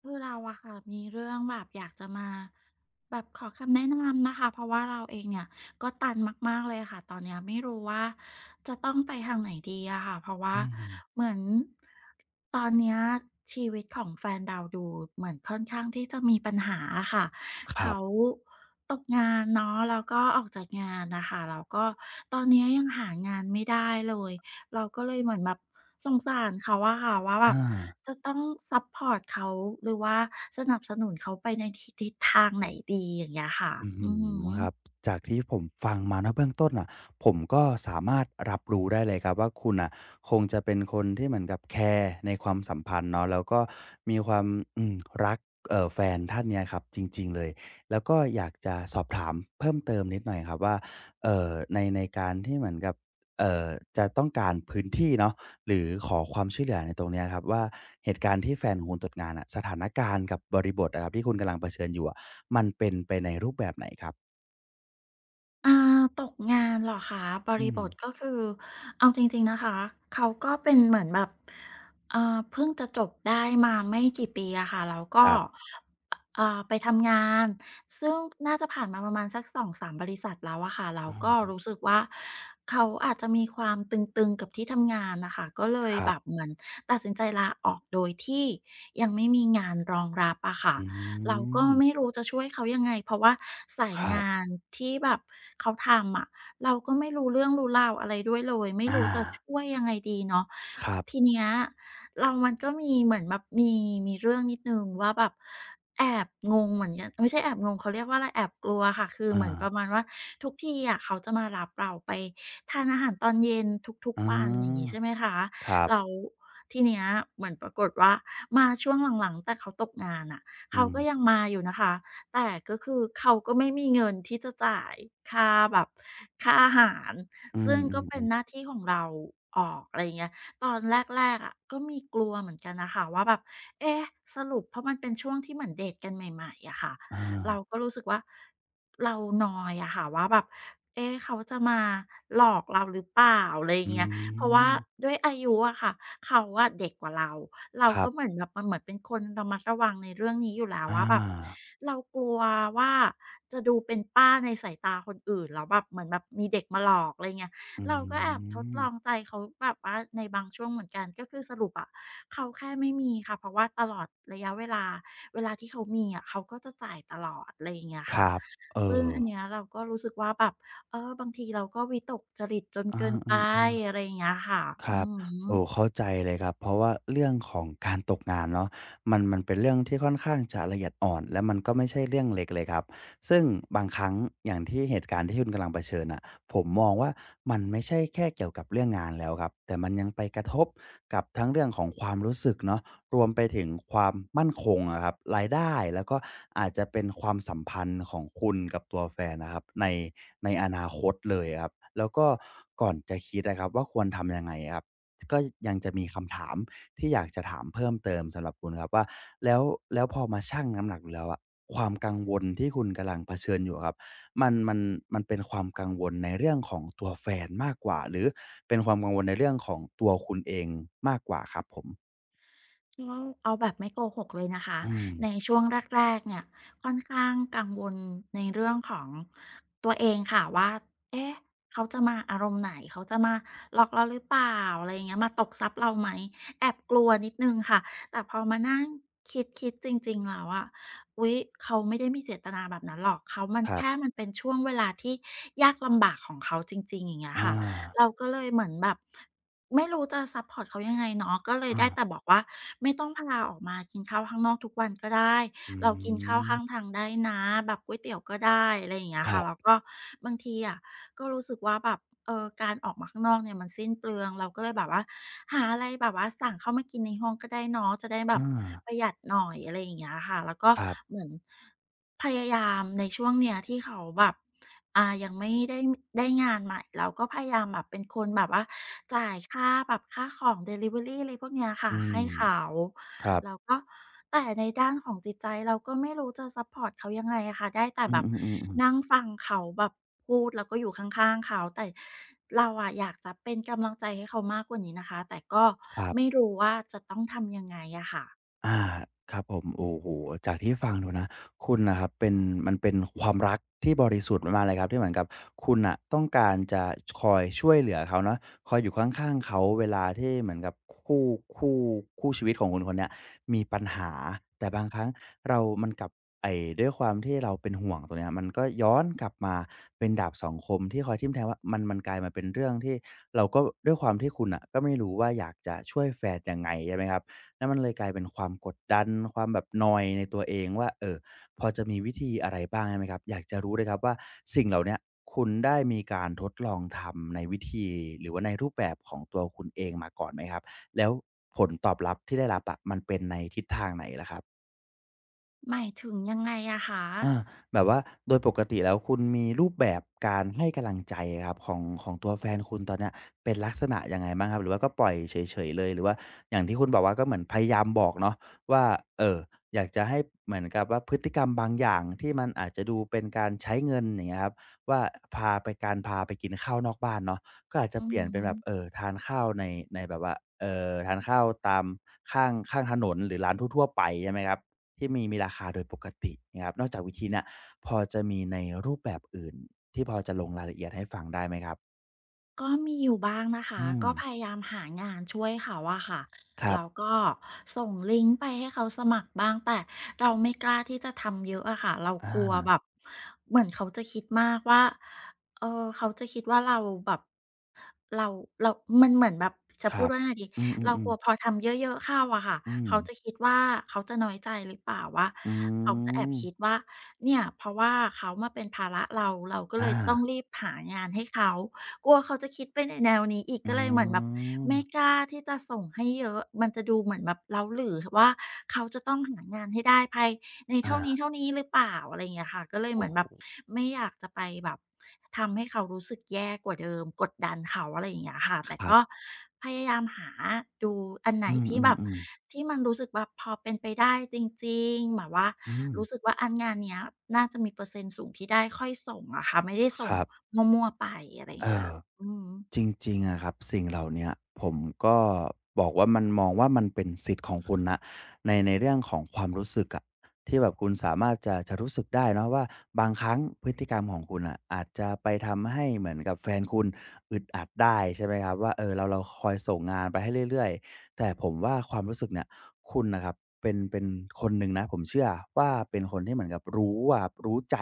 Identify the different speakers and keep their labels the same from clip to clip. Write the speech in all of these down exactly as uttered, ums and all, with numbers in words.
Speaker 1: คือเราอะค่ะมีเรื่องแบบอยากจะมาแบบขอคำแนะนำนะคะเพราะว่าเราเองเนี่ยก็ตันมากๆเลยค่ะตอนเนี้ยไม่รู้ว่าจะต้องไปทางไหนดีอะค่ะเพราะว่า
Speaker 2: อืม
Speaker 1: เหมือนตอนเนี้ยชีวิตของแฟนเราดูเหมือนค่อนข้างที่จะมีปัญหาอะค่ะ
Speaker 2: ครั
Speaker 1: เขา
Speaker 2: บ
Speaker 1: ตกงานเนาะแล้วก็ออกจากงานนะคะแล้วก็ตอนเนี้ยยังหางานไม่ได้เลย เราก็เลยเหมือนแบบสงสารเขาอะค่ะว่าแบบ
Speaker 2: อา
Speaker 1: จะต้องซัปพอร์ตเขาหรือว่าสนับสนุนเขาไปในทิศทางไหนดีอย่างเงี้ยค่ะ
Speaker 2: อื
Speaker 1: อือ
Speaker 2: ม
Speaker 1: หืึ
Speaker 2: ครับจากที่ผมฟังมานะเบื้องต้นอ่ะผมก็สามารถรับรู้ได้เลยครับว่าคุณอ่ะคงจะเป็นคนที่เหมือนกับแคร์ในความสัมพันธ์เนาะแล้วก็มีความอืมรักเอ่อแฟนท่านเนี้ยครับจริงๆเลยแล้วก็อยากจะสอบถามเพิ่มเติมนิดหน่อยครับว่าเอ่อในในการที่เหมือนกับเอ่อจะต้องการพื้นที่เนาะหรือขอความช่วยเหลือในตรงเนี้ยครับว่าเหตุการณ์ที่แฟนของคุณตกงานอะสถานการณ์กับบริบทอะครับที่คุณกำลังเผชิญอยู่อะ มันเป็นไปในรูปแบบไหนครับ
Speaker 1: อาตกงานเหรอคะบ
Speaker 2: อื
Speaker 1: ริ
Speaker 2: ม
Speaker 1: บทก็คือเอาจริงๆนะคะเขาก็เป็นเหมือนแบบเอ่อเพิ่งจะจบได้มาไม่กี่ปีอะค่ะแล้ว
Speaker 2: ค
Speaker 1: ก็
Speaker 2: รับ
Speaker 1: เอ่อไปทำงานซึ่งน่าจะผ่านมาประมาณสักสองสามบริษัทแล้วอะค่ะแล้วก็
Speaker 2: อืม
Speaker 1: รู้สึกว่าเขาอาจจะมีความตึงๆกับที่ทำงานน่ะค่ะก็เลย
Speaker 2: ครั
Speaker 1: แบบ
Speaker 2: บ
Speaker 1: เหมือนตัดสินใจลาออกโดยที่ยังไม่มีงานรองรับอะค่ะ
Speaker 2: อื
Speaker 1: เราก็
Speaker 2: ม
Speaker 1: ไม่รู้จะช่วยเขายังไงเพราะว่าสาย
Speaker 2: ครั
Speaker 1: งา
Speaker 2: บ
Speaker 1: นที่แบบเขาทำอะเราก็ไม่รู้เรื่องรู้ราวอะไรด้วยเลยไม่
Speaker 2: อา
Speaker 1: รู้จะช่วยยังไงดีเนาะ
Speaker 2: ครั
Speaker 1: ที
Speaker 2: บ
Speaker 1: เนี้ยเรามันก็มีเหมือนแบบมีมีเรื่องนิดหนึ่งว่าแบบแอบงงเหมือนกันไม่ใช่แอบงงเขาเรียกว่าอะไรแอบกลัวค่ะคือ
Speaker 2: อา
Speaker 1: เหมือนประมาณว่าทุกทีอะเขาจะมารับเราไปทานอาหารตอนเย็นทุก
Speaker 2: อ
Speaker 1: ๆวันอย่างงี้
Speaker 2: า
Speaker 1: ใช่ไหมคะ
Speaker 2: ครั
Speaker 1: แล้ว
Speaker 2: บ
Speaker 1: ทีเนี้ยเหมือนปรากฏว่ามาช่วงหลังๆแต่เขาตกงานอะ
Speaker 2: อื
Speaker 1: เขา
Speaker 2: ม
Speaker 1: ก็ยังมาอยู่นะคะ แต่ก็คือเขาก็ไม่มีเงินที่จะจ่ายค่าแบบค่าอาหาร
Speaker 2: อื
Speaker 1: ซึ่งก็เป็น
Speaker 2: ม
Speaker 1: หน้า
Speaker 2: ๆ
Speaker 1: ที่ของเราออกอะไรอย่างเงี้ยตอนแรกๆอะก็มีกลัวเหมือนกันน่ะค่ะว่าแบบเอ๊ะสรุปเพราะมันเป็นช่วงที่เหมือนเดตกันใหม่ๆอะค่ะ
Speaker 2: ๆ
Speaker 1: เรา
Speaker 2: อา
Speaker 1: ก็รู้สึกว่าเรานอยอะค่ะว่าแบบเอ๊ะเขาจะมาหลอกเราหรือเปล่าอะไรอย่า
Speaker 2: อื
Speaker 1: งเงี้ย เพราะว่า
Speaker 2: ม
Speaker 1: ด้วยอายุอะค่ะเขาอะเด็กกว่าเราเรา
Speaker 2: ครั
Speaker 1: ก็เหมือ
Speaker 2: บ
Speaker 1: นแบบมันเหมือนเป็นคนระมัดระวังในเรื่องนี้อยู่แล้ว
Speaker 2: อา
Speaker 1: ว่าแบบเรากลัวว่าจะดูเป็นป้าในสายตาคนอื่นแล้วแบบเหมือนแบบมีเด็กมาหลอกอะไรเงี้ย
Speaker 2: อื
Speaker 1: เราก็แอบทด
Speaker 2: ม
Speaker 1: ลองใจเขาแบบว่าในบางช่วงเหมือนกันก็คือสรุปอะเขาแค่ไม่มีค่ะเพราะว่าตลอดระยะเวลาเวลาที่เขามีอะเขาก็จะจ่ายตลอดอะไรอย่างเงี้ย
Speaker 2: ค
Speaker 1: ค่ะ
Speaker 2: รับเอ
Speaker 1: ซึ่ง
Speaker 2: อ
Speaker 1: อันเนี้ยเราก็รู้สึกว่าแบบ เออบางทีเราก็วิตกจริตจนเกิ
Speaker 2: อา
Speaker 1: น
Speaker 2: อ
Speaker 1: ไป
Speaker 2: ืม
Speaker 1: อะไรอย่างเงี้ยค่ะ
Speaker 2: ๆครั
Speaker 1: อื
Speaker 2: บ
Speaker 1: อ
Speaker 2: โอ้
Speaker 1: ฮึ
Speaker 2: เข้าใจเลยครับเพราะว่าเรื่องของการตกงานเนาะมันมันเป็นเรื่องที่ค่อนข้างจะละเอียดอ่อนและมันก็ไม่ใช่เรื่องเล็กเลยครับซึ่งบางครั้งอย่างที่เหตุการณ์ที่คุณกำลังเผชิญน่ะ ผมมองว่ามันไม่ใช่แค่เกี่ยวกับเรื่องงานแล้วครับแต่มันยังไปกระทบกับทั้งเรื่องของความรู้สึกเนาะรวมไปถึงความมั่นคงอะครับรายได้แล้วก็อาจจะเป็นความสัมพันธ์ของคุณกับตัวแฟนนะครับในในอนาคตเลยอะครับแล้วก็ก่อนจะคิดนะครับว่าควรทำยังไงอะครับก็ยังจะมีคำถามที่อยากจะถามเพิ่มเติมสำหรับคุณครับว่าแล้วแล้วพอมาชั่งน้ำหนักดูแล้วอะความกังวลที่คุณกำลังเผชิญอยู่ครับ มันมันมันเป็นความกังวลในเรื่องของตัวแฟนมากกว่าหรือเป็นความกังวลในเรื่องของตัวคุณเองมากกว่าครับผม
Speaker 1: ต้องเอาแบบไม่โกหกเลยนะคะ
Speaker 2: อืม
Speaker 1: ในช่วงแรกๆเนี่ยค่อนข้างกังวลในเรื่องของตัวเองค่ะว่าเอ๊ะเขาจะมาอารมณ์ไหนเขาจะมาหลอกเราหรือเปล่าอะไรอย่างเงี้ยมาตกทรัพย์เราไหมแอบกลัวนิดหนึ่งค่ะแต่พอมานั่งคิดๆจริงๆแล้วอะอุ๊ยเขาไม่ได้มีเจตนาแบบนั้นหรอกเขามัน
Speaker 2: ครั
Speaker 1: แค่
Speaker 2: บ
Speaker 1: มันเป็นช่วงเวลาที่ยากลำบากของเขาจริงๆอย่างเงี้ย
Speaker 2: อา
Speaker 1: ค่ะ เราก็เลยเหมือนแบบไม่รู้จะซัปพอร์ตเขายังไงเนาะก็เลย
Speaker 2: อา
Speaker 1: ได้แต่บอกว่าไม่ต้องพาออกมากินข้าวข้างนอกทุกวันก็ได้
Speaker 2: อื
Speaker 1: เรากินข้าวข้า
Speaker 2: ม
Speaker 1: งทางได้นะแบบก๋วยเตี๋ยวก็ได้อะไรอย่างเงี้ย
Speaker 2: ครั
Speaker 1: ค่ะแล้ว
Speaker 2: บ
Speaker 1: ก็บางทีอะก็รู้สึกว่าแบบเออการออกมาข้างนอกเนี่ยมันสิ้นเปลืองเราก็เลยแบบว่าหาอะไรแบบว่าสั่งเข้ามากินในห้องก็ได้เนาะจะได้แบบ
Speaker 2: อา
Speaker 1: ประหยัดหน่อยอะไรอย่างเงี้ยค่ะแล้วก็
Speaker 2: ครับ
Speaker 1: เหมือนพยายามในช่วงเนี้ยที่เขาแบบ อ่ายังไม่ได้ได้งานใหม่เราก็พยายามแบบเป็นคนแบบว่าจ่ายค่าแบบค่าของดิลิเวอรีอะไรพวกเนี้ย
Speaker 2: อื
Speaker 1: ค่ะ
Speaker 2: ม
Speaker 1: ให้เขา
Speaker 2: ครับ
Speaker 1: แล้วก็แต่ในด้านของจิตใจเราก็ไม่รู้จะซัปพอร์ตเขายังไงอะค่ะได้แต่
Speaker 2: อื
Speaker 1: แบบ
Speaker 2: อๆๆๆ
Speaker 1: นั่งฟังเขาแบบพูดแล้วก็อยู่ข้างๆเขาแต่เราอะอยากจะเป็นกำลังใจให้เขามากกว่านี้นะคะแต่ก็
Speaker 2: ครั
Speaker 1: ไม่
Speaker 2: บ
Speaker 1: รู้ว่าจะต้องทำยังไงอะค่ะ
Speaker 2: อาครับผมโอ้โหจากที่ฟังดูนะคุณนะครับเป็นมันเป็นความรักที่บริสุทธิ์มากๆเลยครับที่เหมือนกับคุณอะต้องการจะคอยช่วยเหลือเขาเนาะคอยอยู่ข้างๆเขาเวลาที่เหมือนกับคู่คู่คู่ชีวิตของคุณคนเนี้ยมีปัญหาแต่บางครั้งเรามันกลับไอ้ด้วยความที่เราเป็นห่วงตัวเนี้ยมันก็ย้อนกลับมาเป็นดาบสองคมที่คอยทิ่มแทงว่ามันมันกลายมาเป็นเรื่องที่เราก็ด้วยความที่คุณอะก็ไม่รู้ว่าอยากจะช่วยแฟนยังไงใช่ไหมครับ นั่นมันเลยกลายเป็นความกดดันความแบบนอยในตัวเองว่าเออพอจะมีวิธีอะไรบ้างไหมครับอยากจะรู้เลยครับว่าสิ่งเหล่าเนี้ยคุณได้มีการทดลองทำในวิธีหรือว่าในรูปแบบของตัวคุณเองมาก่อนไหมครับแล้วผลตอบรับที่ได้รับอะมันเป็นในทิศทางไหนล่ะครับ
Speaker 1: หมายถึงยังไงอะคะ
Speaker 2: อาแบบว่าโดยปกติแล้วคุณมีรูปแบบการให้กำลังใจครับของของตัวแฟนคุณตอนเนี้ยเป็นลักษณะยังไงบ้างครับหรือว่าก็ปล่อยเฉยๆเลยหรือว่าอย่างที่คุณบอกว่าก็เหมือนพยายามบอกเนาะว่าเอ่ออยากจะให้เหมือนกับว่าพฤติกรรมบางอย่างที่มันอาจจะดูเป็นการใช้เงินอย่างเงี้ยครับว่าพาไปการพาไปกินข้าวนอกบ้านเนาะก็อาจจะ
Speaker 1: อื
Speaker 2: เป
Speaker 1: อ
Speaker 2: ลี่ยนเป็น
Speaker 1: ฮึ
Speaker 2: แบบเอ่อทานข้าวในในแบบว่าเอ่อทานข้าวตามข้างข้างถนนหรือร้านทั่วๆไปใช่ไหมครับ ที่มีมีราคาโดยปกตินะครับนอกจากวิธีเนี้ยพอจะมีในรูปแบบอื่นที่พอจะลงรายละเอียดให้ฟังได้ไหมครับ
Speaker 1: ก็มีอยู่บ้างนะคะ
Speaker 2: อืม
Speaker 1: ก็พยายามหางานช่วยเขาอะค่ะ
Speaker 2: ครั
Speaker 1: แล้ว
Speaker 2: บ
Speaker 1: ก็ส่งลิงก์ไปให้เขาสมัครบ้างแต่เราไม่กล้าที่จะทำเยอะอะค่ะเรา
Speaker 2: อา
Speaker 1: กลัวแบบเหมือนเขาจะคิดมากว่าเออเขาจะคิดว่าเราแบบเราเรามันเหมือนแบบจะ
Speaker 2: ค
Speaker 1: พู
Speaker 2: รั
Speaker 1: ด
Speaker 2: บ
Speaker 1: ว่าไงดี
Speaker 2: อื
Speaker 1: เรา
Speaker 2: ม
Speaker 1: กลัว
Speaker 2: ๆ
Speaker 1: พ
Speaker 2: ๆ
Speaker 1: อทำเยอะๆเข้าอะค่ะ
Speaker 2: อืม
Speaker 1: เขาจะคิดว่าเขาจะน้อยใจหรือเปล่าว่า
Speaker 2: อื
Speaker 1: เขาจะแอบคิด
Speaker 2: ม
Speaker 1: ว่าเนี่ยเพราะว่าเขามาเป็นภาระเราเราก็เล
Speaker 2: อา
Speaker 1: ยต้องรีบหางานให้เขา กลัวเขาจะคิดไปในแนวนี้อีก
Speaker 2: อ๋
Speaker 1: ก็เลยเหมือนแบบ
Speaker 2: อ
Speaker 1: ไม่กล้าที่จะส่งให้เยอะมันจะดูเหมือนแบบเร้าหรือว่าเขาจะต้องหางานให้ได้ภาย ใน
Speaker 2: อา
Speaker 1: เท่านี้เท่านี้หรือเปล่าอะไรอย่างเงี้ยค่ะก็เลยเห
Speaker 2: โอ้
Speaker 1: มือน
Speaker 2: โฮ
Speaker 1: แบบไม่อยากจะไปแบบทำให้เขารู้สึกแย่กว่าเดิมกดดันเขาอะไรอย่างเงี้ยค่ะ
Speaker 2: ค
Speaker 1: แต่
Speaker 2: รั
Speaker 1: ก็
Speaker 2: บ
Speaker 1: พยายามหาดูอันไหน
Speaker 2: อื
Speaker 1: ที่แบบ
Speaker 2: มๆๆ
Speaker 1: ที่มันรู้สึกแบบพอเป็นไปได้จริงๆแบบว่า
Speaker 2: อืม
Speaker 1: รู้สึกว่าอันงานเนี้ยน่าจะมีเปอร์เซ็นต์สูงที่ได้ค่อยส่งอะค่ะไม่ได้
Speaker 2: ค
Speaker 1: ส่ง
Speaker 2: รับ
Speaker 1: มั่วๆไปอะไรอย่า
Speaker 2: เอ
Speaker 1: งเงี้ย
Speaker 2: อ
Speaker 1: อืม
Speaker 2: จริงๆอะครับสิ่งเหล่าเนี้ยผมก็บอกว่ามันมองว่ามันเป็นสิทธิ์ของคุณนะในในเรื่องของความรู้สึกอะที่แบบคุณสามารถจะจะรู้สึกได้เนาะว่าบางครั้งพฤติกรรมของคุณน่ะอาจจะไปทำให้เหมือนกับแฟนคุณอึดอัดได้ใช่ไหมครับว่าเออเราเราคอยส่งงานไปให้เรื่อยๆแต่ผมว่าความรู้สึกเนี่ยคุณน่ะครับเป็นเป็นคนหนึ่งนะผมเชื่อว่าเป็นคนที่เหมือนกับรู้อะรู้ใจ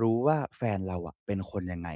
Speaker 2: รู้ว่าแฟนเราอะเป็นคนยังไง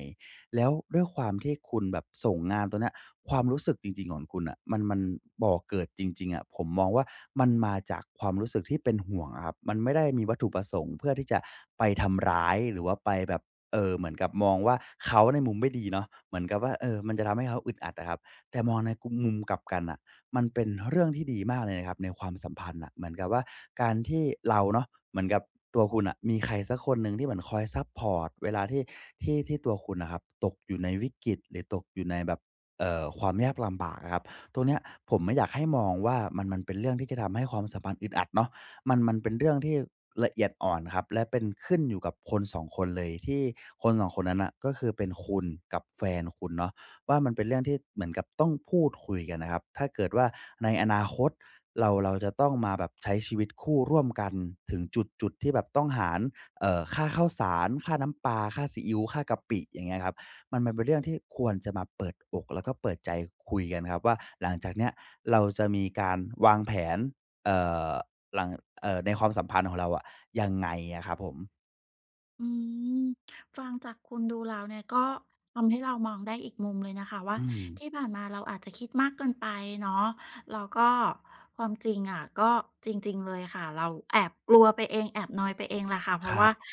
Speaker 2: แล้วด้วยความที่คุณแบบส่งงานตัวเนี้ยความรู้สึกจริงๆของคุณอะมันมันบ่อเกิดจริงๆอะผมมองว่ามันมาจากความรู้สึกที่เป็นห่วงอะครับมันไม่ได้มีวัตถุประสงค์เพื่อที่จะไปทำร้ายหรือว่าไปแบบเอ่อเหมือนกับมองว่าเขาในมุมไม่ดีเนาะเหมือนกับว่าเออมันจะทำให้เขาอึดอัดอะครับแต่มองในกุมุมกลับกันน่ะ มันเป็นเรื่องที่ดีมากเลยนะครับในความสัมพันธ์อ่ะเหมือนกับว่าการที่เราเนาะเหมือนกับตัวคุณอ่ะมีใครสักคนหนึ่งที่เหมือนคอยซับพอร์ตเวลาที่ที่ที่ตัวคุณนะครับตกอยู่ในวิกฤตหรือตกอยู่ในแบบเอ่อความยากลำบากอะครับตรงเนี้ยผมไม่อยากให้มองว่ามันมันเป็นเรื่องที่จะทำให้ความสัมพันธ์อึดอัดเนาะมันมันเป็นเรื่องที่ละเอียดอ่อนครับและเป็นขึ้นอยู่กับคนสองคนเลยที่คนสองคนนั้นน่ะก็คือเป็นคุณกับแฟนคุณเนาะ ว่ามันเป็นเรื่องที่เหมือนกับต้องพูดคุยกันนะครับ ถ้าเกิดว่าในอนาคตเราเราจะต้องมาแบบใช้ชีวิตคู่ร่วมกันถึงจุดจุดที่แบบต้องหารเอ่อค่าข้าวสารค่าน้ำปลาค่าซีอิ๊วค่ากะปิอย่างเงี้ยครับมันมันเป็นเรื่องที่ควรจะมาเปิดอกแล้วก็เปิดใจคุยกันครับว่าหลังจากเนี้ยเราจะมีการวางแผนเอ่อหลังเอ่อในความสัมพันธ์ของเราอะยังไงอะครับผม
Speaker 1: อืมฟังจากคุณดูแล้วเนี่ยก็ทำให้เรามองได้อีกมุมเลยนะคะว่า
Speaker 2: อืม
Speaker 1: ที่ผ่านมาเราอาจจะคิดมากเกินไปเนาะแล้วก็ความจริงอะก็จริงๆเลยค่ะเราแอบกลัวไปเองแอบนอยไปเองแหละค่ะเพ
Speaker 2: ค
Speaker 1: ราะ
Speaker 2: รั
Speaker 1: ว่า
Speaker 2: บ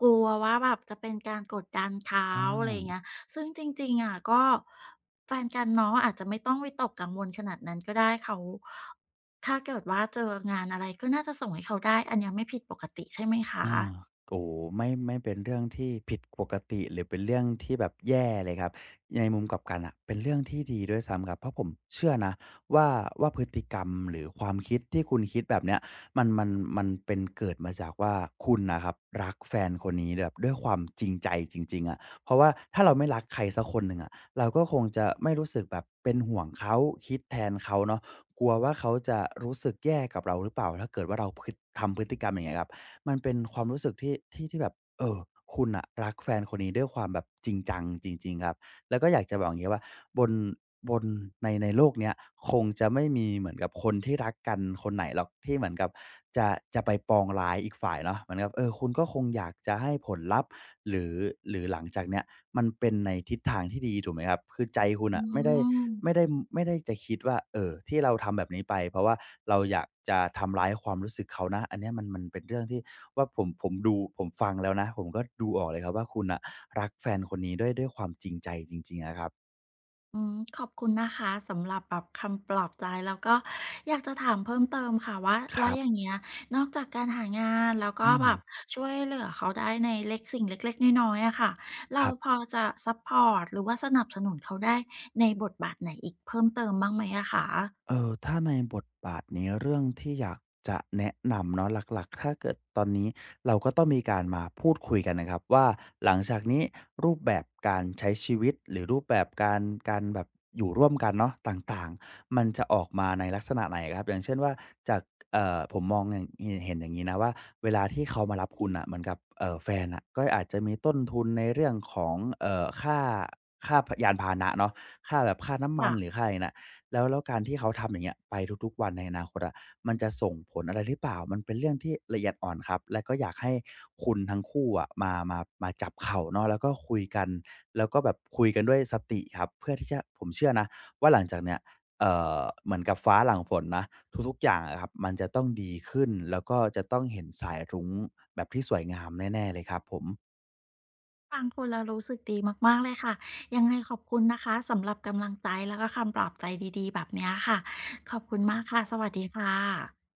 Speaker 1: กลัวว่าแบบจะเป็นการกดดันเขา
Speaker 2: อ
Speaker 1: อะไรอย่างเงี้
Speaker 2: า
Speaker 1: ยซึ่งจริงๆอ่ะก็แฟนกันเนาะอาจจะไม่ต้องวิตกกังวลขนาดนั้นก็ได้เขาถ้าเกิดว่าเจองานอะไรก็น่าจะส่งให้เขาได้อันเนี้ยไม่ผิดปกติใช่ไหม
Speaker 2: อ
Speaker 1: คะ
Speaker 2: าโอ้โฮไม่ไม่เป็นเรื่องที่ผิดปกติหรือเป็นเรื่องที่แบบแย่เลยครับในมุมกลับกันน่ะเป็นเรื่องที่ดีด้วยซ้ำครับเพราะผมเชื่อนะว่าว่าพฤติกรรมหรือความคิดที่คุณคิดแบบเนี้ยมันมันมันเป็นเกิดมาจากว่าคุณน่ะครับรักแฟนคนนี้แบบด้วยความจริงใจจริงๆอะเพราะว่าถ้าเราไม่รักใครสักคนหนึ่งอะเราก็คงจะไม่รู้สึกแบบเป็นห่วงเขาคิดแทนเขาเนาะกลัวว่าเขาจะรู้สึกแย่กับเราหรือเปล่าถ้าเกิดว่าเราพฤทำพฤติกรรมอย่างเงี้ยครับ มันเป็นความรู้สึกที่ที่ที่แบบเอ่อคุณน่ะรักแฟนคนนี้ด้วยความแบบจริงจังจริงๆครับแล้วก็อยากจะบอกอย่างงี้ว่าบนบนในในโลกเนี้ยคงจะไม่มีเหมือนกับคนที่รักกันคนไหนหรอกที่เหมือนกับจะจะไปปองร้ายอีกฝ่ายเนาะเหมือนกับเออคุณก็คงอยากจะให้ผลลัพธ์หรือหรือหลังจากเนี้ย มันเป็นในทิศทางที่ดีถูกไหมครับ คือใจคุณ
Speaker 1: อื
Speaker 2: อ่ะไม่ได้ไม่
Speaker 1: ม
Speaker 2: ได้ไม่ได้จะคิดว่าเออที่เราทำแบบนี้ไปเพราะว่าเราอยากจะทำร้ายความรู้สึกเขานะอันเนี้ยมันมันเป็นเรื่องที่ว่าผมผมดูผมฟังแล้วนะผมก็ดูออกเลยครับว่าคุณอ่ะรักแฟนคนนี้ด้วยด้วยความจริงใจจริงๆอะครับ
Speaker 1: อืมขอบคุณนะคะสำหรับแบบคำปลอบใจแล้วก็อยากจะถามเพิ่มเติมค่ะว่า
Speaker 2: ค
Speaker 1: แล้ว
Speaker 2: รั
Speaker 1: อย่าง
Speaker 2: บ
Speaker 1: เงี้ยนอกจากการหางานแล้วก็
Speaker 2: อืม
Speaker 1: แบบช่วยเหลือเขาได้ในเล็กสิ่งเล็กๆน้อยๆอะค่ะ
Speaker 2: ค
Speaker 1: เรา
Speaker 2: รั
Speaker 1: พ
Speaker 2: บ
Speaker 1: อจะซัปพอร์ตหรือว่าสนับสนุนเขาได้ในบทบาทไหนอีกเพิ่มเติมบ้างไหมอะคะ
Speaker 2: เออถ้าในบทบาทนี้เรื่องที่อยากจะแนะนำเนาะหลักๆถ้าเกิดตอนนี้เราก็ต้องมีการมาพูดคุยกันนะครับว่าหลังจากนี้รูปแบบการใช้ชีวิตหรือรูปแบบการการแบบอยู่ร่วมกันเนาะต่างๆมันจะออกมาในลักษณะไหนครับอย่างเช่นว่าจากเอ่อผมมองอย่างเห็นเห็นอย่างนี้นะว่าเวลาที่เขามารับคุณอ่ะเหมือนกับเอ่อแฟนอ่ะก็อาจจะมีต้นทุนในเรื่องของเอ่อค่าค่ายานพาหนะเนาะค่าแบบค่าน้ำมันหรือ
Speaker 1: ค่ะ
Speaker 2: ค่าอะไรนะ แล้วแล้วการที่เขาทำอย่างเงี้ยไปทุกๆวันในอนาคตอะมันจะส่งผลอะไรหรือเปล่ามันเป็นเรื่องที่ละเอียดอ่อนครับและก็อยากให้คุณทั้งคู่อะมามามาจับเข่าเนาะแล้วก็คุยกันแล้วก็แบบคุยกันด้วยสติครับเพื่อที่จะผมเชื่อนะว่าหลังจากเนี้ยเอ่อเหมือนกับฟ้าหลังฝนนะทุกๆอย่างอะครับมันจะต้องดีขึ้นแล้วก็จะต้องเห็นสายรุ้งแบบที่สวยงามแน่ๆเลยครับผม
Speaker 1: ฟังคุณแล้วรู้สึกดีมากๆเลยค่ะยังไงขอบคุณนะคะสำหรับกำลังใจแล้วก็คำปลอบใจดีๆแบบเนี้ยค่ะขอบคุณมากค่ะสวัสดีค่ะ